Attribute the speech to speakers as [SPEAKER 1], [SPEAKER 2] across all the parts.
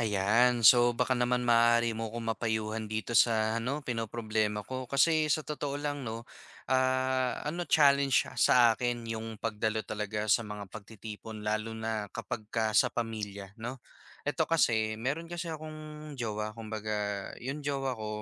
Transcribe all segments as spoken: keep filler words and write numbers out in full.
[SPEAKER 1] Ayan. So baka naman maaari mo akong mapayuhan dito sa ano, pinoproblema ko. Kasi sa totoo lang 'no, ah, ano challenge siya sa akin yung pagdalo talaga sa mga pagtitipon lalo na kapagka sa pamilya 'no. Eto kasi, meron kasi akong jowa, kumbaga yung jowa ko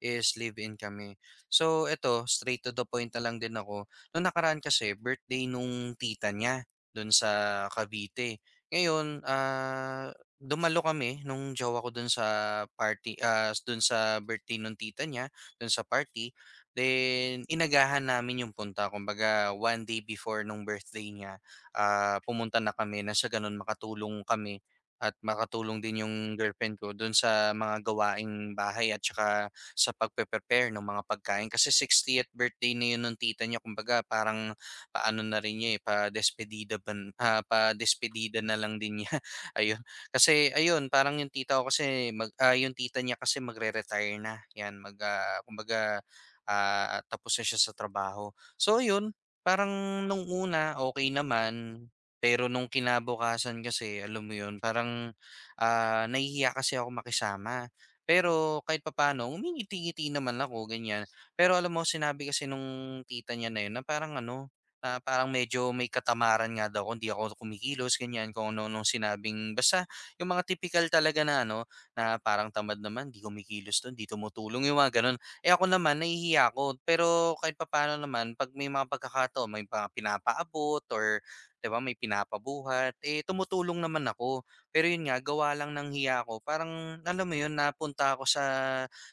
[SPEAKER 1] is live-in kami. So eto, straight to the point na lang din ako. Nung nakaraan kasi birthday nung tita niya dun sa Cavite. Ngayon, ah dumalo kami nung jowa ko dun sa party, ah, dun sa birthday nung tita niya, dun sa party. Then inagahan namin yung punta. Kumbaga one day before nung birthday niya, ah, pumunta na kami na sa ganun makatulong kami at makatulong din yung girlfriend ko dun sa mga gawaing bahay at saka sa pagpe-prepare ng mga pagkain. Kasi sixtieth birthday na yun nung tita niya. Kumbaga parang paano na rin niya eh, pa-despedida, ban, ah, pa-despedida na lang din niya. Ayun. Kasi ayun, parang yung tita ko kasi mag ah, yung tita niya kasi magre-retire na, 'yan mag, ah, kumbaga, ah, tapos na siya sa trabaho. So ayun, parang nung una okay naman, pero nung kinabukasan kasi alam mo 'yun, parang, ah, nahihiya kasi ako makisama. Pero kahit papaano umingiti-ngiti naman ako ganiyan. Pero alam mo sinabi kasi nung tita niya na 'yun na parang ano, na parang medyo may katamaran nga daw ako, hindi ako kumikilos ganiyan, kung ano nung sinabing basta yung mga tipikal talaga na ano, na parang tamad naman, "'Di kumikilos 'to, 'di tumutulong." Yung mga gano'n. Eh, ako naman nahihiya ako, pero kahit papaano naman 'pag may mga pagkakataon, may mga pinapaabot or 'di ba may pinapabuhat, eh, tumutulong naman ako. Pero yun nga, gawa lang ng hiya ko parang alam mo yun, napunta ako sa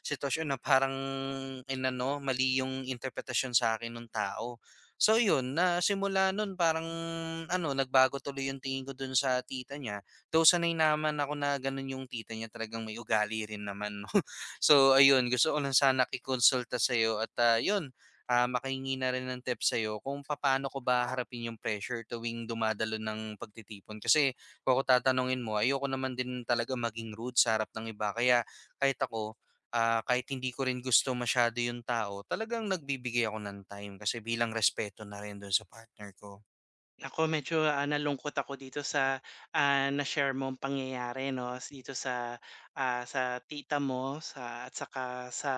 [SPEAKER 1] sitwasyon na parang inano, mali yung interpretasyon sa akin ng tao. So yun, na simula nun parang ano, nagbago tuloy yung tingin ko dun sa tita niya. Though sanay naman ako na gano'n yung tita niya talagang may ugali rin naman 'no. So ayun, gusto ko lang sana ikonsulta sa'yo at, ah, yun, ah, makahingi na rin ng tips sa'yo kung papaano ko ba harapin yung pressure tuwing dumadalo ng pagtitipon. Kasi kung ako tatanungin mo ayoko naman din talaga maging rude sa harap ng iba kaya kahit ako, ah, kahit hindi ko rin gusto masyado yung tao talagang nagbibigay ako ng time kasi bilang respeto na rin dun sa partner ko.
[SPEAKER 2] Ako medyo, ah, nalungkot ako dito sa, ah, na-share mong pangyayari 'no, s- dito sa, ah, sa tita mo sa at saka sa,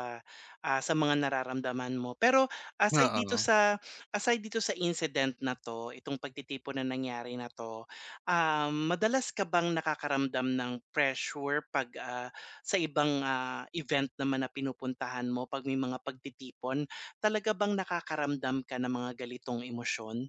[SPEAKER 2] ah, sa mga nararamdaman mo. Pero aside dito
[SPEAKER 1] Oo.
[SPEAKER 2] sa aside dito sa incident na 'to, itong pagtitipon na nangyari na 'to, um, madalas ka bang nakakaramdam ng pressure 'pag, ah, sa ibang, ah, event naman na pinupuntahan mo 'pag may mga pagtitipon? Talaga bang nakakaramdam ka ng mga galitong emosyon?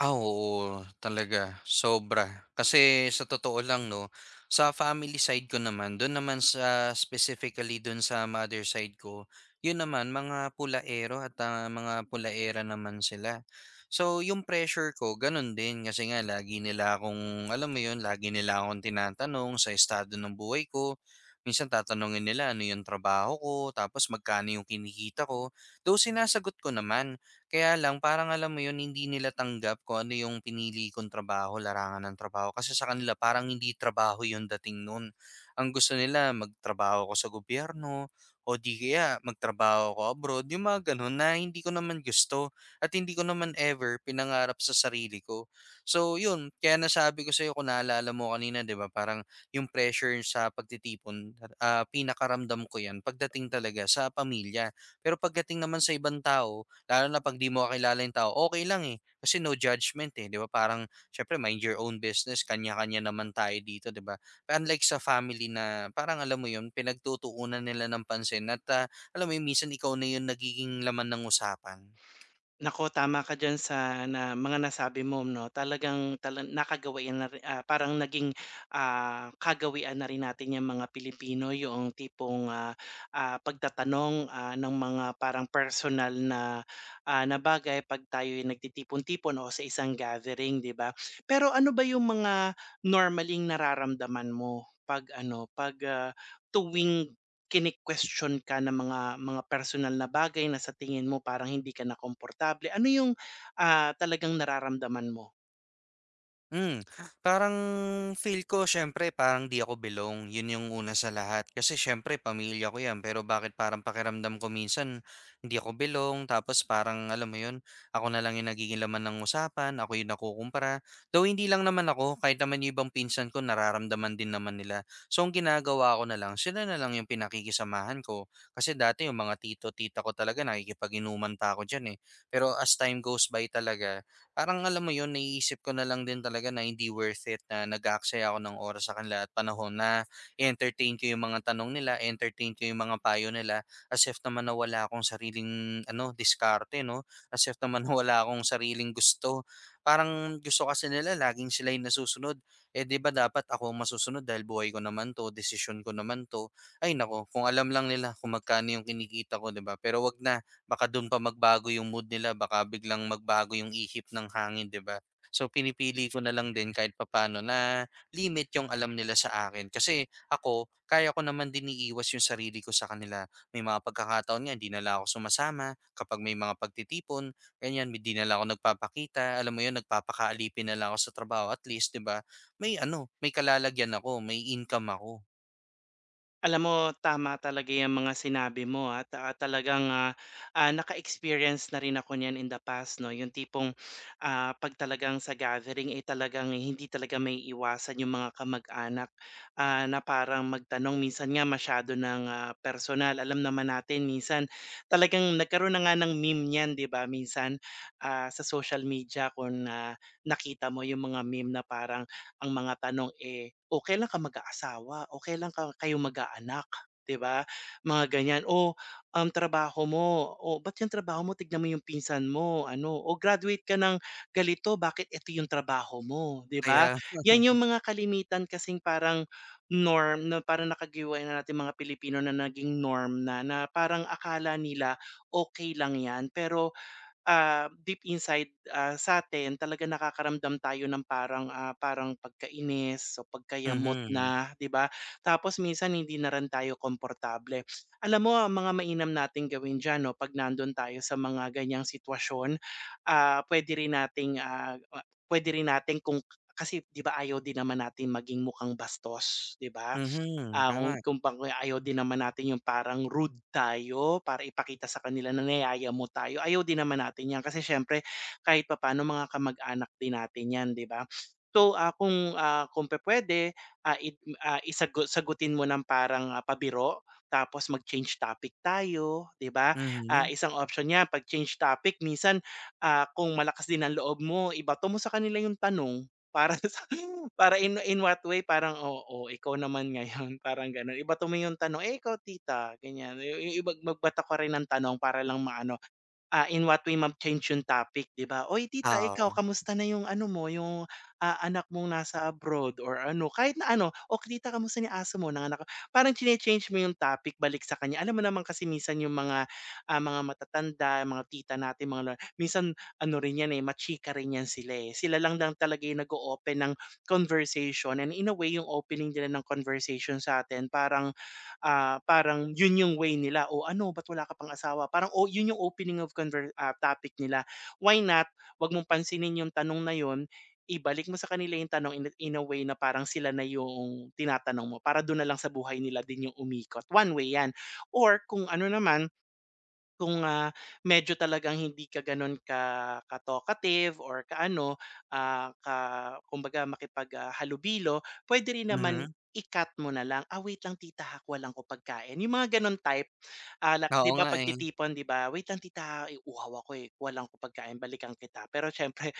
[SPEAKER 1] Ah, oo talaga, sobra. Kasi sa totoo lang 'no, sa family side ko naman, dun naman sa specifically dun sa mother side ko, yun naman mga pulaero at, ah, mga pulaera naman sila. So, yung pressure ko ganun din kasi nga lagi nila akong alam mo yun, lagi nila akong tinatanong sa estado ng buhay ko. Minsan tatanungin nila ano yung trabaho ko, tapos magkano yung kinikita ko, though sinasagot ko naman. Kaya lang parang alam mo yun, hindi nila tanggap kung ano yung pinili kong trabaho, larangan ng trabaho. Kasi sa kanila parang hindi trabaho yung dating nun. Ang gusto nila magtrabaho ko sa gobyerno o di kaya magtrabaho ko abroad. Yung mga ganun na hindi ko naman gusto at hindi ko naman ever pinangarap sa sarili ko. So yun, kaya nasabi ko sa'yo kung naalala mo kanina, di ba? Parang yung pressure sa pagtitipon, ah, pinakaramdam ko yan pagdating talaga sa pamilya. Pero pagdating naman sa ibang tao, lalo na 'pag 'di mo kakilala yung tao, okay lang, eh, kasi no judgment, eh, 'di ba? Parang siyempre mind your own business, kanya-kanya naman tayo dito, 'di ba? Pero unlike sa family na parang alam mo 'yun, pinagtutuunan nila ng pansin at, ah, alam mo 'yun, minsan ikaw na 'yung nagiging laman ng usapan.
[SPEAKER 2] Nako, tama ka dyan sa na mga nasabi mo 'no. Talagang tala nakagawian na ri ah, parang naging, ah, kagawian na rin natin yung mga Pilipino, yung tipong, ah, ah, pagtatanong, ah, ng mga parang personal na, ah, na bagay 'pag tayo'y nagtitipon-tipon o sa isang gathering, 'di ba? Pero ano ba yung mga normaling nararamdaman mo 'pag ano, 'pag, ah, tuwing kini-question ka ng mga mga personal na bagay na sa tingin mo parang hindi ka na komportable, ano yung, ah, talagang nararamdaman mo?
[SPEAKER 1] Hmm, parang feel ko siyempre parang 'di ako belong, 'yun yung una sa lahat. Kasi siyempre pamilya ko 'yan, pero bakit parang pakiramdam ko minsan hindi ako belong, tapos parang alam mo 'yun, ako na lang yung nagiging laman ng usapan, ako yung nakukumpara. Though hindi lang naman ako, kahit naman yung ibang pinsan ko nararamdaman din naman nila. So ang ginagawa ko na lang, sila na lang yung pinakikisamahan ko. Kasi dati yung mga tito, tita ko talaga nakikipag-inuman pa ako diyan eh. Pero as time goes by talaga parang alam mo yun, naiisip ko na lang din talaga na hindi worth it na nag-aaksaya ako ng oras sa kanila at panahon na entertain ko yung mga tanong nila, entertain ko yung mga payo nila as if naman na wala akong sariling ano, diskarte, no? As if naman na wala akong sariling gusto. Parang gusto kasi nila laging sila yung nasusunod. Eh 'di ba dapat ako ang masusunod dahil buhay ko naman 'to, desisyon ko naman 'to. Ay nako, kung alam lang nila kung magkano yung kinikita ko, 'di ba? Pero wag na. Baka dun pa magbago yung mood nila, baka biglang magbago yung ihip ng hangin, 'di ba? So, pinipili ko na lang din kahit papaano na limit yung alam nila sa akin. Kasi ako, kaya ko naman din iiwas yung sarili ko sa kanila. May mga pagkakataon nga, hindi na lang ako sumasama. Kapag may mga pagtitipon, ganyan, hindi na lang ako nagpapakita. Alam mo yun, nagpapakaalipin na lang ako sa trabaho. At least, di ba, may ano, may kalalagyan ako, may income ako.
[SPEAKER 2] Alam mo, tama talaga yung mga sinabi mo at, ah, talagang, ah, ah, naka-experience na rin ako niyan in the past 'no, yung tipong, ah, 'pag talagang sa gathering, eh, talagang eh, hindi talaga may maiiwasan yung mga kamag-anak, ah, na parang magtanong. Minsan nga masyado ng, ah, personal. Alam naman natin minsan talagang nagkaroon na nga ng meme niyan, 'di ba? Minsan, ah, sa social media kung, ah, nakita mo yung mga meme na parang ang mga tanong, eh, "O kailan ka mag-aasawa? O kailan ka kayo mag-aanak?" 'Di ba? Mga ganyan. "O, ang trabaho mo, o ba't yung trabaho mo tignan mo yung pinsan mo ano, o graduate ka ng ganito, bakit ito yung trabaho mo?" 'Di ba?
[SPEAKER 1] Kaya,
[SPEAKER 2] Yan yung mga kalimitan kasing parang norm na parang nakagawian na natin mga Pilipino na naging norm na, na parang akala nila okay lang yan pero ah, deep inside, ah, sa'tin talagang nakakaramdam tayo ng parang, ah, parang pagkainis o pagkayamot
[SPEAKER 1] mhm,
[SPEAKER 2] na, 'di ba? Tapos minsan hindi na rin tayo komportable. Alam mo ang mga mainam nating gawin diyan 'no, 'pag nandun tayo sa mga ganiyang sitwasyon, ah, puwede rin nating, ah, puwede rin natin kung kasi 'di ba ayaw din naman natin maging mukhang bastos, 'di ba?
[SPEAKER 1] mhm,
[SPEAKER 2] Ah, kung
[SPEAKER 1] tama.
[SPEAKER 2] kung kumbaga ayaw din naman natin yung parang rude tayo para ipakita sa kanila na niyayamo tayo, ayaw din naman natin 'yan kasi siyempre kahit papaano mga kamag-anak din natin 'yan, 'di ba? So, ah, kung, ah, kung pe pwede ah, it ah, isagu sagutin mo ng parang, ah, pabiro tapos mag-change topic tayo, 'di ba? Ah,
[SPEAKER 1] Mhm,
[SPEAKER 2] isang option 'yan 'pag change topic minsan, ah, kung malakas din ang loob mo ibato mo sa kanila yung tanong para sa para in in what way? Parang, oo, ikaw naman ngayon, parang gano'n. Iba tumayo yung tanong, "Eh, ikaw tita?" Ganyan. Yung yung iba magbato ka rin ng tanong para lang maano. Ah, in what way ma-change yung topic, 'di ba? "Uy tita,
[SPEAKER 1] oo,
[SPEAKER 2] ikaw kamusta na yung ano mo, yung, ah, anak mong nasa abroad?" Or ano, kahit na ano, "O tita kamusta na aso mo, nanganak ko. Parang chine-change mo yung topic balik sa kanya. Alam mo naman kasi minsan yung mga, ah, mga matatanda, mga tita natin, mga lola, minsan ano rin yan, eh, machika rin yan sila, eh. Sila lang lang talaga yung nag open ng conversation, and in a way yung opening nila ng conversation sa sa'tin parang ah, parang yun yung way nila, o ano ba't wala ka pang asawa?" Parang o yun yung opening of conver ah, topic nila. Why not, 'wag mong pansinin yung tanong na yun, ibalik mo sa kanila yung tanong in a in a way na parang sila na yung tinatanong mo para dun na lang sa buhay nila din yung umikot, one way yan. Or kung ano naman kung, ah, medyo talagang hindi ka gano'n ka ka-talkative or ka ano, ah, ka kumbaga makipag, ah, halubilo, puwede rin naman
[SPEAKER 1] mhm.
[SPEAKER 2] i-cut mo na lang, "Ah, wait lang tita ha, kuha lang ko pagkain." Yung mga gano'n type. Ah, like 'di
[SPEAKER 1] Oo
[SPEAKER 2] ba
[SPEAKER 1] nga, eh.
[SPEAKER 2] pagtitipon 'di ba, "Wait lang tita ha, eh, uhaw ako, eh, kuha lang ko pagkain, balikan kita." Pero siyempre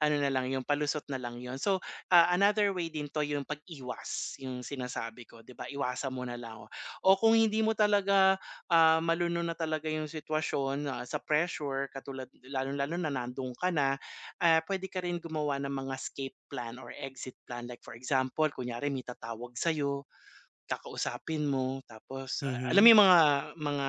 [SPEAKER 2] ano na lang yung palusot na lang yon. So, ah, another way din 'to yung pag-iwas, yung sinasabi ko, 'di ba? Iwasan mo na lang o o kung hindi mo talaga, ah, malunod na talaga yung sitwasyon, ah, sa pressure katulad lalo lalo na nandun ka na, ah, puwede ka rin gumawa ng mga escape plan or exit plan. Like for example, kunyari may tatawag sa'yo. Kakausapin mo tapos, ah, alam mo
[SPEAKER 1] Mhm,
[SPEAKER 2] yung mga mga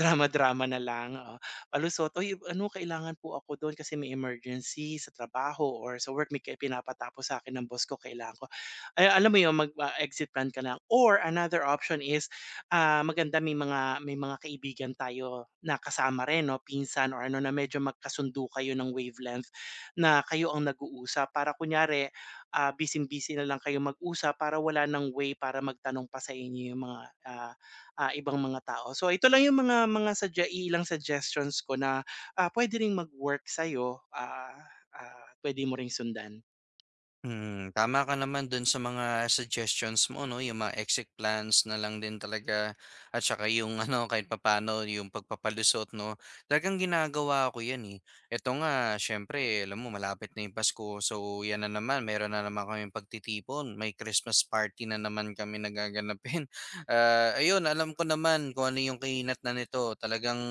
[SPEAKER 2] drama-drama na lang, oo. Palusot, "Uy, ano kailangan po ako dun kasi may emergency sa trabaho or sa work may ka pinapatapos sa akin ng boss ko kailangan ko." Ay, alam mo yun mag ah, exit plan ka lang or another option is, ah, maganda may mga may mga kaibigan tayo na kasama rin 'no, pinsan or ano na medyo magkasundo kayo ng wavelength na kayo ang nag-uusap para kunyari ah, busy-busy na lang kayo mag-usap para wala ng way para magtanong pa sa inyo yung mga, ah, ah, ibang mga tao. So ito lang yung mga mga sadya ilang suggestions ko na, ah, puwede ring mag-work sa'yo, ah, ah, puwede mo ring sundan.
[SPEAKER 1] mm. Tama ka naman dun sa mga suggestions mo 'no, yung mga exit plans na lang din talaga at saka yung ano, kahit papaano yung pagpapalusot 'no. Talagang ginagawa ko 'yan, eh. Eto nga, siyempre alam mo malapit na yung Pasko, so 'yan na naman meron na naman kami pagtitipon, may Christmas party na naman kami nagaganapin. gaganapin. Ah, ayun alam ko naman kung ano yung kahinatnan nito, talagang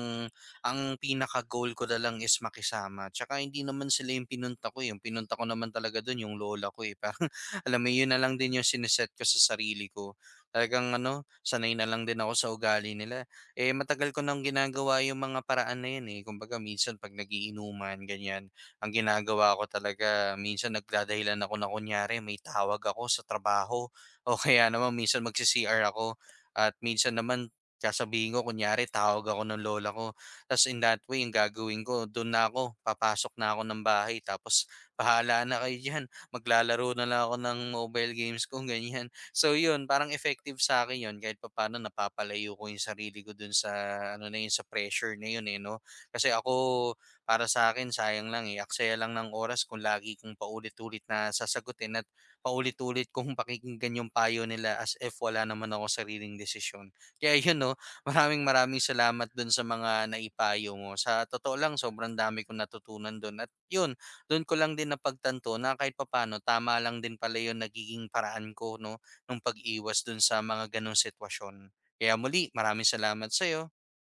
[SPEAKER 1] ang pinaka-goal ko na lang is makisama. Tsaka hindi naman sila yung pinunta ko, eh, yung pinunta ko naman talaga dun yung lola ko, eh. Parang alam mo yun na lang din yung siniset ko sa sarili ko. Talagang ano, sanay na lang din ako sa ugali nila. Eh matagal ko nang ginagawa yung mga paraan na yun, eh. Kumbaga minsan pag nagiinuman, ganyan, ang ginagawa ko talaga, minsan nagdadahilan ako na kunyari may tawag ako sa trabaho o kaya naman minsan magsi-C R ako at minsan naman sasabihin ko kunyari tawag ako ng lola ko tapos in that way yung gagawin ko dun na ako, papasok na ako ng bahay tapos bahala na kayo diyan. Maglalaro na lang ako ng mobile games ko ganyan. So yun, parang effective sa akin yun kahit papaano napapalayo ko yung sarili ko dun sa ano na yun sa pressure na yun eh no. Kasi ako para sa akin sayang lang eh. Aksaya lang ng oras kung lagi kong paulit-ulit na sasagutin at paulit-ulit kung pakikinggan yung payo nila as if wala naman ako sariling desisyon. Kaya yun no, maraming maraming salamat dun sa mga naipayo mo. Sa totoo lang, sobrang dami kong natutunan dun. At yun, dun ko lang din napagtanto na kahit papano, tama lang din pala yun nagiging paraan ko no, nung pag-iwas dun sa mga ganong sitwasyon. Kaya muli, maraming salamat sa'yo.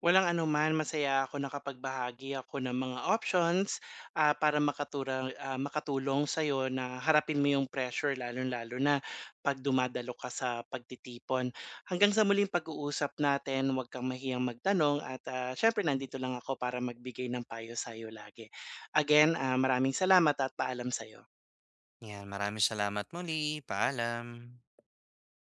[SPEAKER 2] Walang anuman, masaya ako nakapagbahagi ako ng mga options, ah, para makatura ah, makatulong sa'yo na harapin mo yung pressure lalo lalo na 'pag dumadalo ka sa pagtitipon. Hanggang sa muling pag-uusap natin, huwag kang mahiyang magtanong at, ah, siyempre nandito lang ako para magbigay ng payo sa'yo lagi. Again, ah, maraming salamat at paalam sa'yo.
[SPEAKER 1] Yan, maraming salamat muli. Paalam.